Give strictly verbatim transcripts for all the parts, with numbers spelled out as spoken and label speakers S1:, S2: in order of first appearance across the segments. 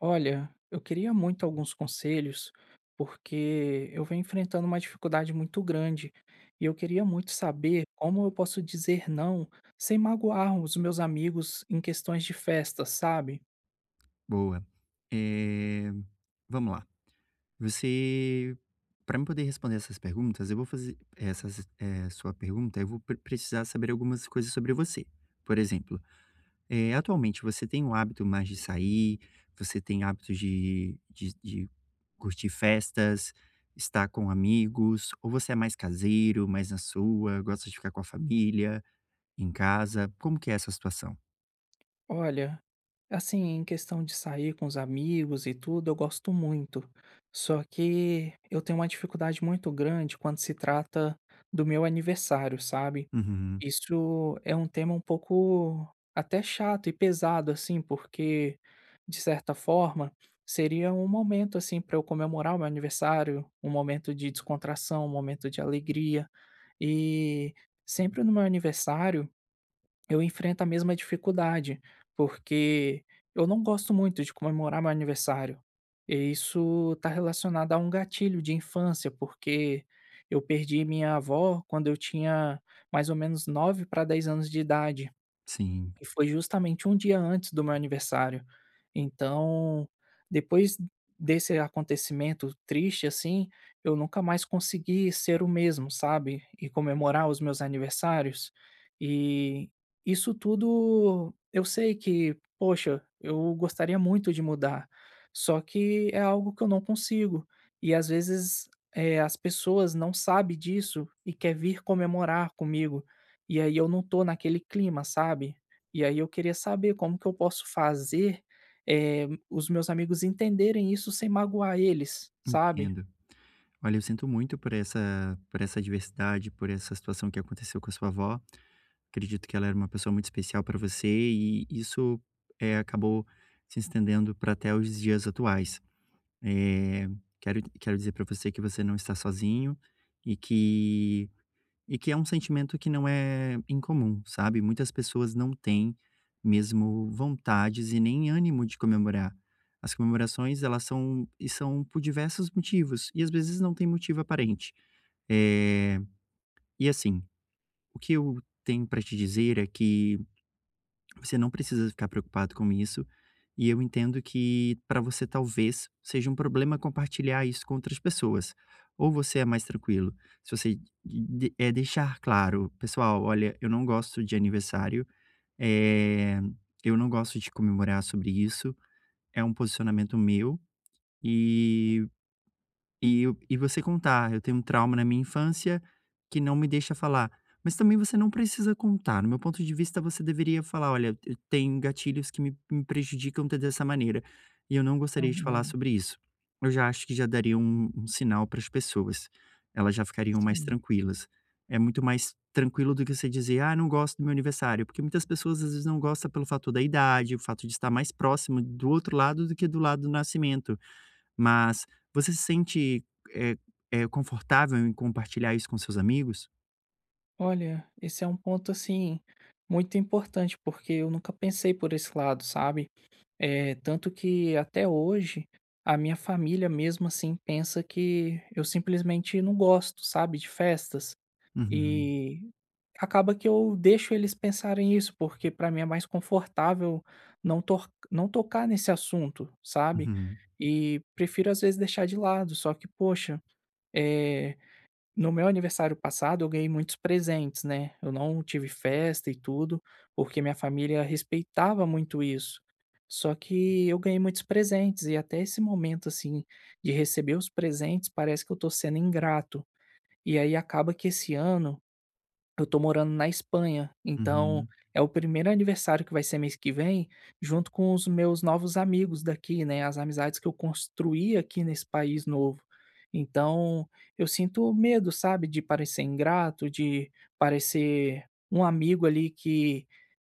S1: Olha, eu queria muito alguns conselhos, porque eu venho enfrentando uma dificuldade muito grande e eu queria muito saber como eu posso dizer não sem magoar os meus amigos em questões de festa, sabe?
S2: Boa. Eh, Vamos lá. Você, para me poder responder essas perguntas, eu vou fazer essas, eh, sua pergunta, eu vou pre- precisar saber algumas coisas sobre você. Por exemplo, eh, atualmente você tem o hábito mais de sair? Você tem hábito de, de, de curtir festas, estar com amigos? Ou você é mais caseiro, mais na sua, gosta de ficar com a família, em casa? Como que é essa situação?
S1: Olha, assim, em questão de sair com os amigos e tudo, eu gosto muito. Só que eu tenho uma dificuldade muito grande quando se trata do meu aniversário, sabe?
S2: Uhum,
S1: Isso é um tema um pouco até chato e pesado, assim, porque, de certa forma, seria um momento, assim, para eu comemorar o meu aniversário, um momento de descontração, um momento de alegria. E sempre no meu aniversário eu enfrento a mesma dificuldade, porque eu não gosto muito de comemorar meu aniversário. E isso está relacionado a um gatilho de infância, porque eu perdi minha avó quando eu tinha mais ou menos nove para dez anos de idade
S2: sim,
S1: que foi justamente um dia antes do meu aniversário. Então, depois desse acontecimento triste, assim, eu nunca mais consegui ser o mesmo, sabe? E comemorar os meus aniversários. E isso tudo eu sei que, poxa, eu gostaria muito de mudar, só que é algo que eu não consigo. E às vezes eh, as pessoas não sabem disso e quer vir comemorar comigo. E aí eu não tô naquele clima, sabe? E aí eu queria saber como que eu posso fazer, eh, os meus amigos entenderem isso sem magoar eles, sabe?
S2: entendo. Olha, eu sinto muito por essa por essa adversidade, por essa situação que aconteceu com a sua avó. Acredito que ela era uma pessoa muito especial para você e isso, eh, acabou se estendendo para até os dias atuais. Eh, quero quero dizer para você que você não está sozinho e que e que é um sentimento que não é incomum, sabe? Muitas pessoas não têm mesmo vontades e nem ânimo de comemorar. As comemorações, elas são e são por diversos motivos, e às vezes não tem motivo aparente. Eh, e assim, o que eu tenho para te dizer é que você não precisa ficar preocupado com isso. E eu entendo que para você talvez seja um problema compartilhar isso com outras pessoas. Ou você é mais tranquilo. Se você de- é deixar claro, pessoal, olha, eu não gosto de aniversário, eh, eu não gosto de comemorar sobre isso, é um posicionamento meu e eu e você contar: "Eu tenho um trauma na minha infância que não me deixa falar". Mas também você não precisa contar. No meu ponto de vista, você deveria falar: "Olha, eu tenho gatilhos que me me prejudicam de dessa maneira, e eu não gostaria de falar
S1: Uhum.
S2: sobre isso". Eu já acho que já daria um um sinal para as pessoas. Elas já ficariam mais
S1: Sim.
S2: tranquilas. É muito mais tranquilo do que você dizer: "Ah, não gosto do meu aniversário", porque muitas pessoas, às vezes, não gostam pelo fator da idade, o fato de estar mais próximo do outro lado do que do lado do nascimento. Mas você se sente, é é confortável em compartilhar isso com seus amigos?
S1: Olha, esse é um ponto assim muito importante, porque eu nunca pensei por esse lado, sabe? Eh, tanto que até hoje a minha família mesmo assim pensa que eu simplesmente não gosto, sabe, de festas.
S2: Uhum,
S1: E acaba que eu deixo eles pensarem isso, porque para mim é mais confortável não tor não tocar nesse assunto, sabe.
S2: uhum,
S1: E prefiro às vezes deixar de lado, só que poxa, eh, no meu aniversário passado eu ganhei muitos presentes, né, eu não tive festa e tudo, porque minha família respeitava muito isso. Só que eu ganhei muitos presentes e até esse momento, assim, de receber os presentes parece que eu tô sendo ingrato. E aí acaba que esse ano eu tô morando na Espanha, então
S2: uhum.
S1: é o primeiro aniversário que vai ser mês que vem, junto com os meus novos amigos daqui, né, as amizades que eu construí aqui nesse país novo. Então, eu sinto medo, sabe, de parecer ingrato, de parecer um amigo ali que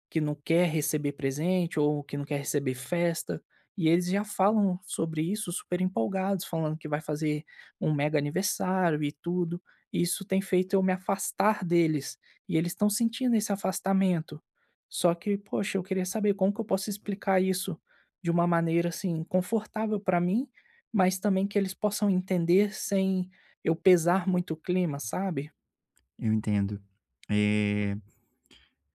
S1: que não quer receber presente ou que não quer receber festa, e eles já falam sobre isso super empolgados, falando que vai fazer um mega aniversário e tudo. E isso tem feito eu me afastar deles, e eles estão sentindo esse afastamento. Só que, poxa, eu queria saber como que eu posso explicar isso de uma maneira assim confortável para mim, mas também que eles possam entender sem eu pesar muito o clima, sabe?
S2: Eu entendo. Eh,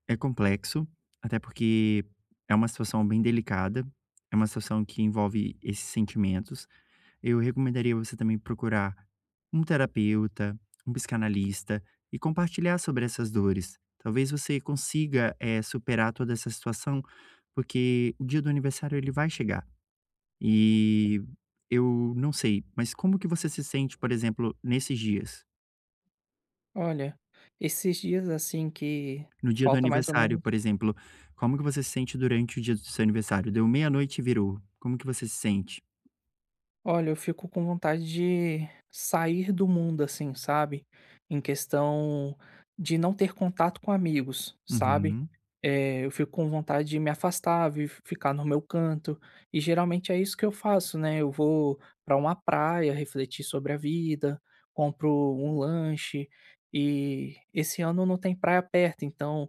S2: é complexo, até porque é uma situação bem delicada, é uma situação que envolve esses sentimentos. Eu recomendaria você também procurar um terapeuta, um psicanalista e compartilhar sobre essas dores. Talvez você consiga, eh, superar toda essa situação, porque o dia do aniversário ele vai chegar. E eu não sei, mas como que você se sente, por exemplo, nesses dias?
S1: Olha, esses dias assim que
S2: No dia do
S1: falta mais ou
S2: aniversário,
S1: menos
S2: por exemplo, como que você se sente durante o dia do seu aniversário? Deu meia-noite e virou. Como que você se sente?
S1: Olha, eu fico com vontade de sair do mundo, assim, sabe? Em questão de não ter contato com amigos, sabe?
S2: Uhum,
S1: Eh, eu fico com vontade de me afastar, vi- ficar no meu canto. E geralmente é isso que eu faço, né? Eu vou para uma praia refletir sobre a vida, compro um lanche. E esse ano não tem praia perto, então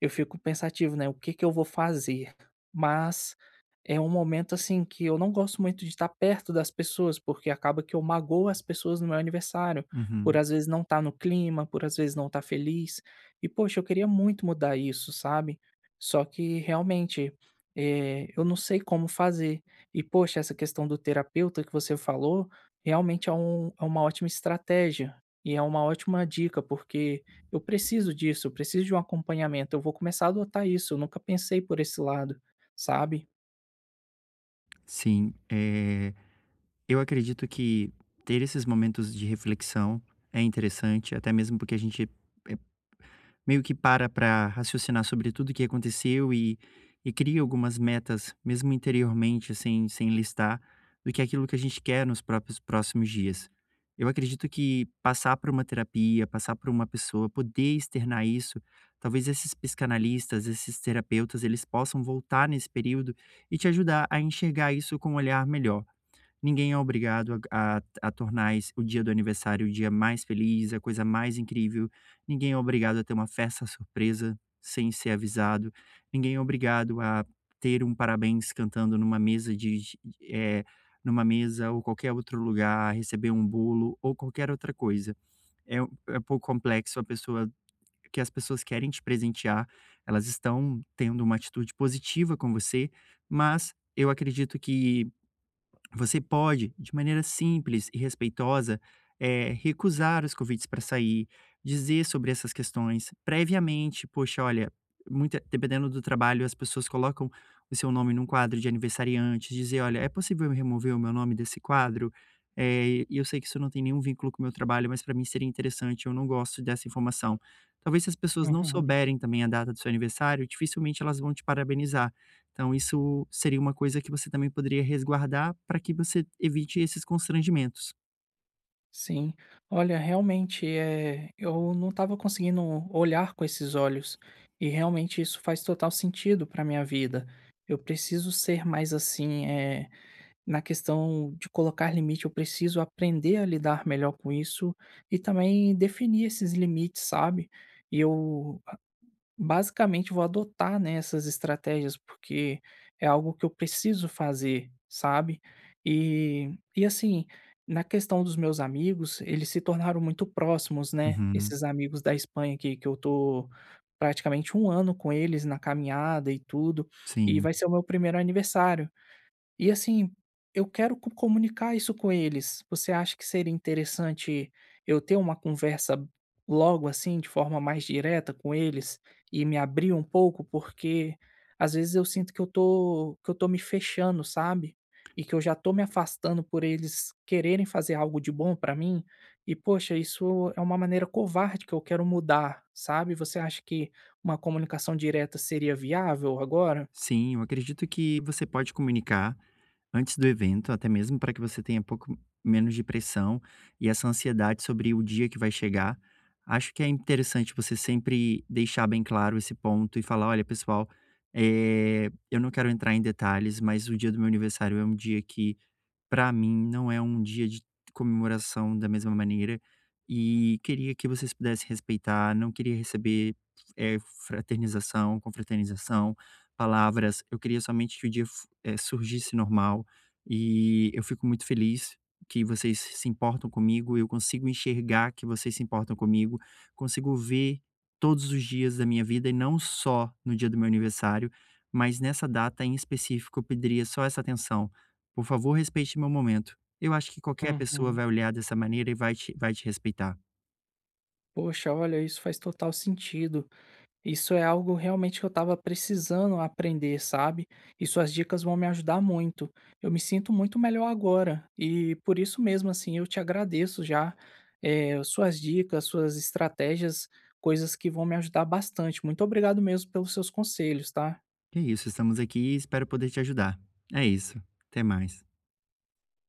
S1: eu fico pensativo, né, o que que eu vou fazer? Mas é um momento, assim, que eu não gosto muito de estar perto das pessoas, porque acaba que eu magoo as pessoas no meu aniversário, por
S2: uhum.
S1: às vezes não estar no clima, por às vezes não estar feliz. E poxa, eu queria muito mudar isso, sabe. Só que realmente, eh, eu não sei como fazer. E poxa, essa questão do terapeuta que você falou, realmente é um é uma ótima estratégia, e é uma ótima dica, porque eu preciso disso, eu preciso de um acompanhamento, eu vou começar a adotar isso, eu nunca pensei por esse lado, sabe?
S2: Sim, eh, eu acredito que ter esses momentos de reflexão é interessante, até mesmo porque a gente meio que para para raciocinar sobre tudo o que aconteceu e e cria algumas metas, mesmo interiormente, sem sem listar, do que é aquilo que a gente quer nos próprios próximos dias. Eu acredito que passar por uma terapia, passar por uma pessoa, poder externar isso, talvez esses psicanalistas, esses terapeutas, eles possam voltar nesse período e te ajudar a enxergar isso com um olhar melhor. Ninguém é obrigado a a a tornar esse o dia do aniversário o dia mais feliz, a coisa mais incrível. Ninguém é obrigado a ter uma festa surpresa sem ser avisado. Ninguém é obrigado a ter um parabéns cantando numa mesa de de eh, numa mesa ou qualquer outro lugar, receber um bolo ou qualquer outra coisa. É um é um pouco complexo a pessoa que as pessoas querem te presentear, elas estão tendo uma atitude positiva com você, mas eu acredito que você pode, de maneira simples e respeitosa, eh, recusar os convites para sair, dizer sobre essas questões previamente. Poxa, olha, muita, dependendo do trabalho, as pessoas colocam o seu nome num quadro de aniversariantes, dizer, olha, é possível eu remover o meu nome desse quadro? Eh, e eu sei que isso não tem nenhum vínculo com o meu trabalho, mas para mim seria interessante, eu não gosto dessa informação. Talvez se as pessoas não
S1: Uhum.
S2: souberem também a data do seu aniversário, dificilmente elas vão te parabenizar. Então isso seria uma coisa que você também poderia resguardar para que você evite esses constrangimentos.
S1: Sim, olha, realmente, é. Eu não estava conseguindo olhar com esses olhos e realmente isso faz total sentido para minha vida. Eu preciso ser mais assim, eh, na questão de colocar limite, eu preciso aprender a lidar melhor com isso e também definir esses limites, sabe? E eu Basicamente, vou adotar, né, essas estratégias, porque é algo que eu preciso fazer, sabe. E e assim, na questão dos meus amigos, eles se tornaram muito próximos, né,
S2: Uhum.
S1: esses amigos da Espanha que que eu tô praticamente um ano com eles na caminhada e tudo, e
S2: Sim.
S1: vai ser o meu primeiro aniversário. E assim, eu quero co comunicar isso com eles. Você acha que seria interessante eu ter uma conversa logo assim, de forma mais direta com eles e me abrir um pouco? Porque às vezes eu sinto que eu tô que eu tô me fechando, sabe? E que eu já tô me afastando por eles quererem fazer algo de bom pra mim. E poxa, isso é uma maneira covarde que eu quero mudar, sabe? Você acha que uma comunicação direta seria viável agora?
S2: Sim, eu acredito que você pode comunicar antes do evento, até mesmo para que você tenha pouco menos de pressão e essa ansiedade sobre o dia que vai chegar. Acho que é interessante você sempre deixar bem claro esse ponto e falar: olha, pessoal, eh, eu não quero entrar em detalhes, mas o dia do meu aniversário é um dia que para mim, não é um dia de comemoração da mesma maneira, e queria que vocês pudessem respeitar, não queria receber, eh, fraternização, confraternização, palavras, eu queria somente que o dia f eh, surgisse normal, e eu fico muito feliz que vocês se importam comigo, eu consigo enxergar que vocês se importam comigo, consigo ver todos os dias da minha vida e não só no dia do meu aniversário, mas nessa data em específico eu pediria só essa atenção. Por favor, respeite meu momento. Eu acho que qualquer pessoa
S1: Uhum.
S2: vai olhar dessa maneira e vai te vai te respeitar.
S1: Poxa, olha, isso faz total sentido. Isso é algo realmente que eu estava precisando aprender, sabe? E suas dicas vão me ajudar muito. Eu me sinto muito melhor agora. E por isso mesmo, assim, eu te agradeço já. Eh, suas dicas, suas estratégias, coisas que vão me ajudar bastante. Muito obrigado mesmo pelos seus conselhos, tá?
S2: É isso, estamos aqui e espero poder te ajudar. É isso, até mais.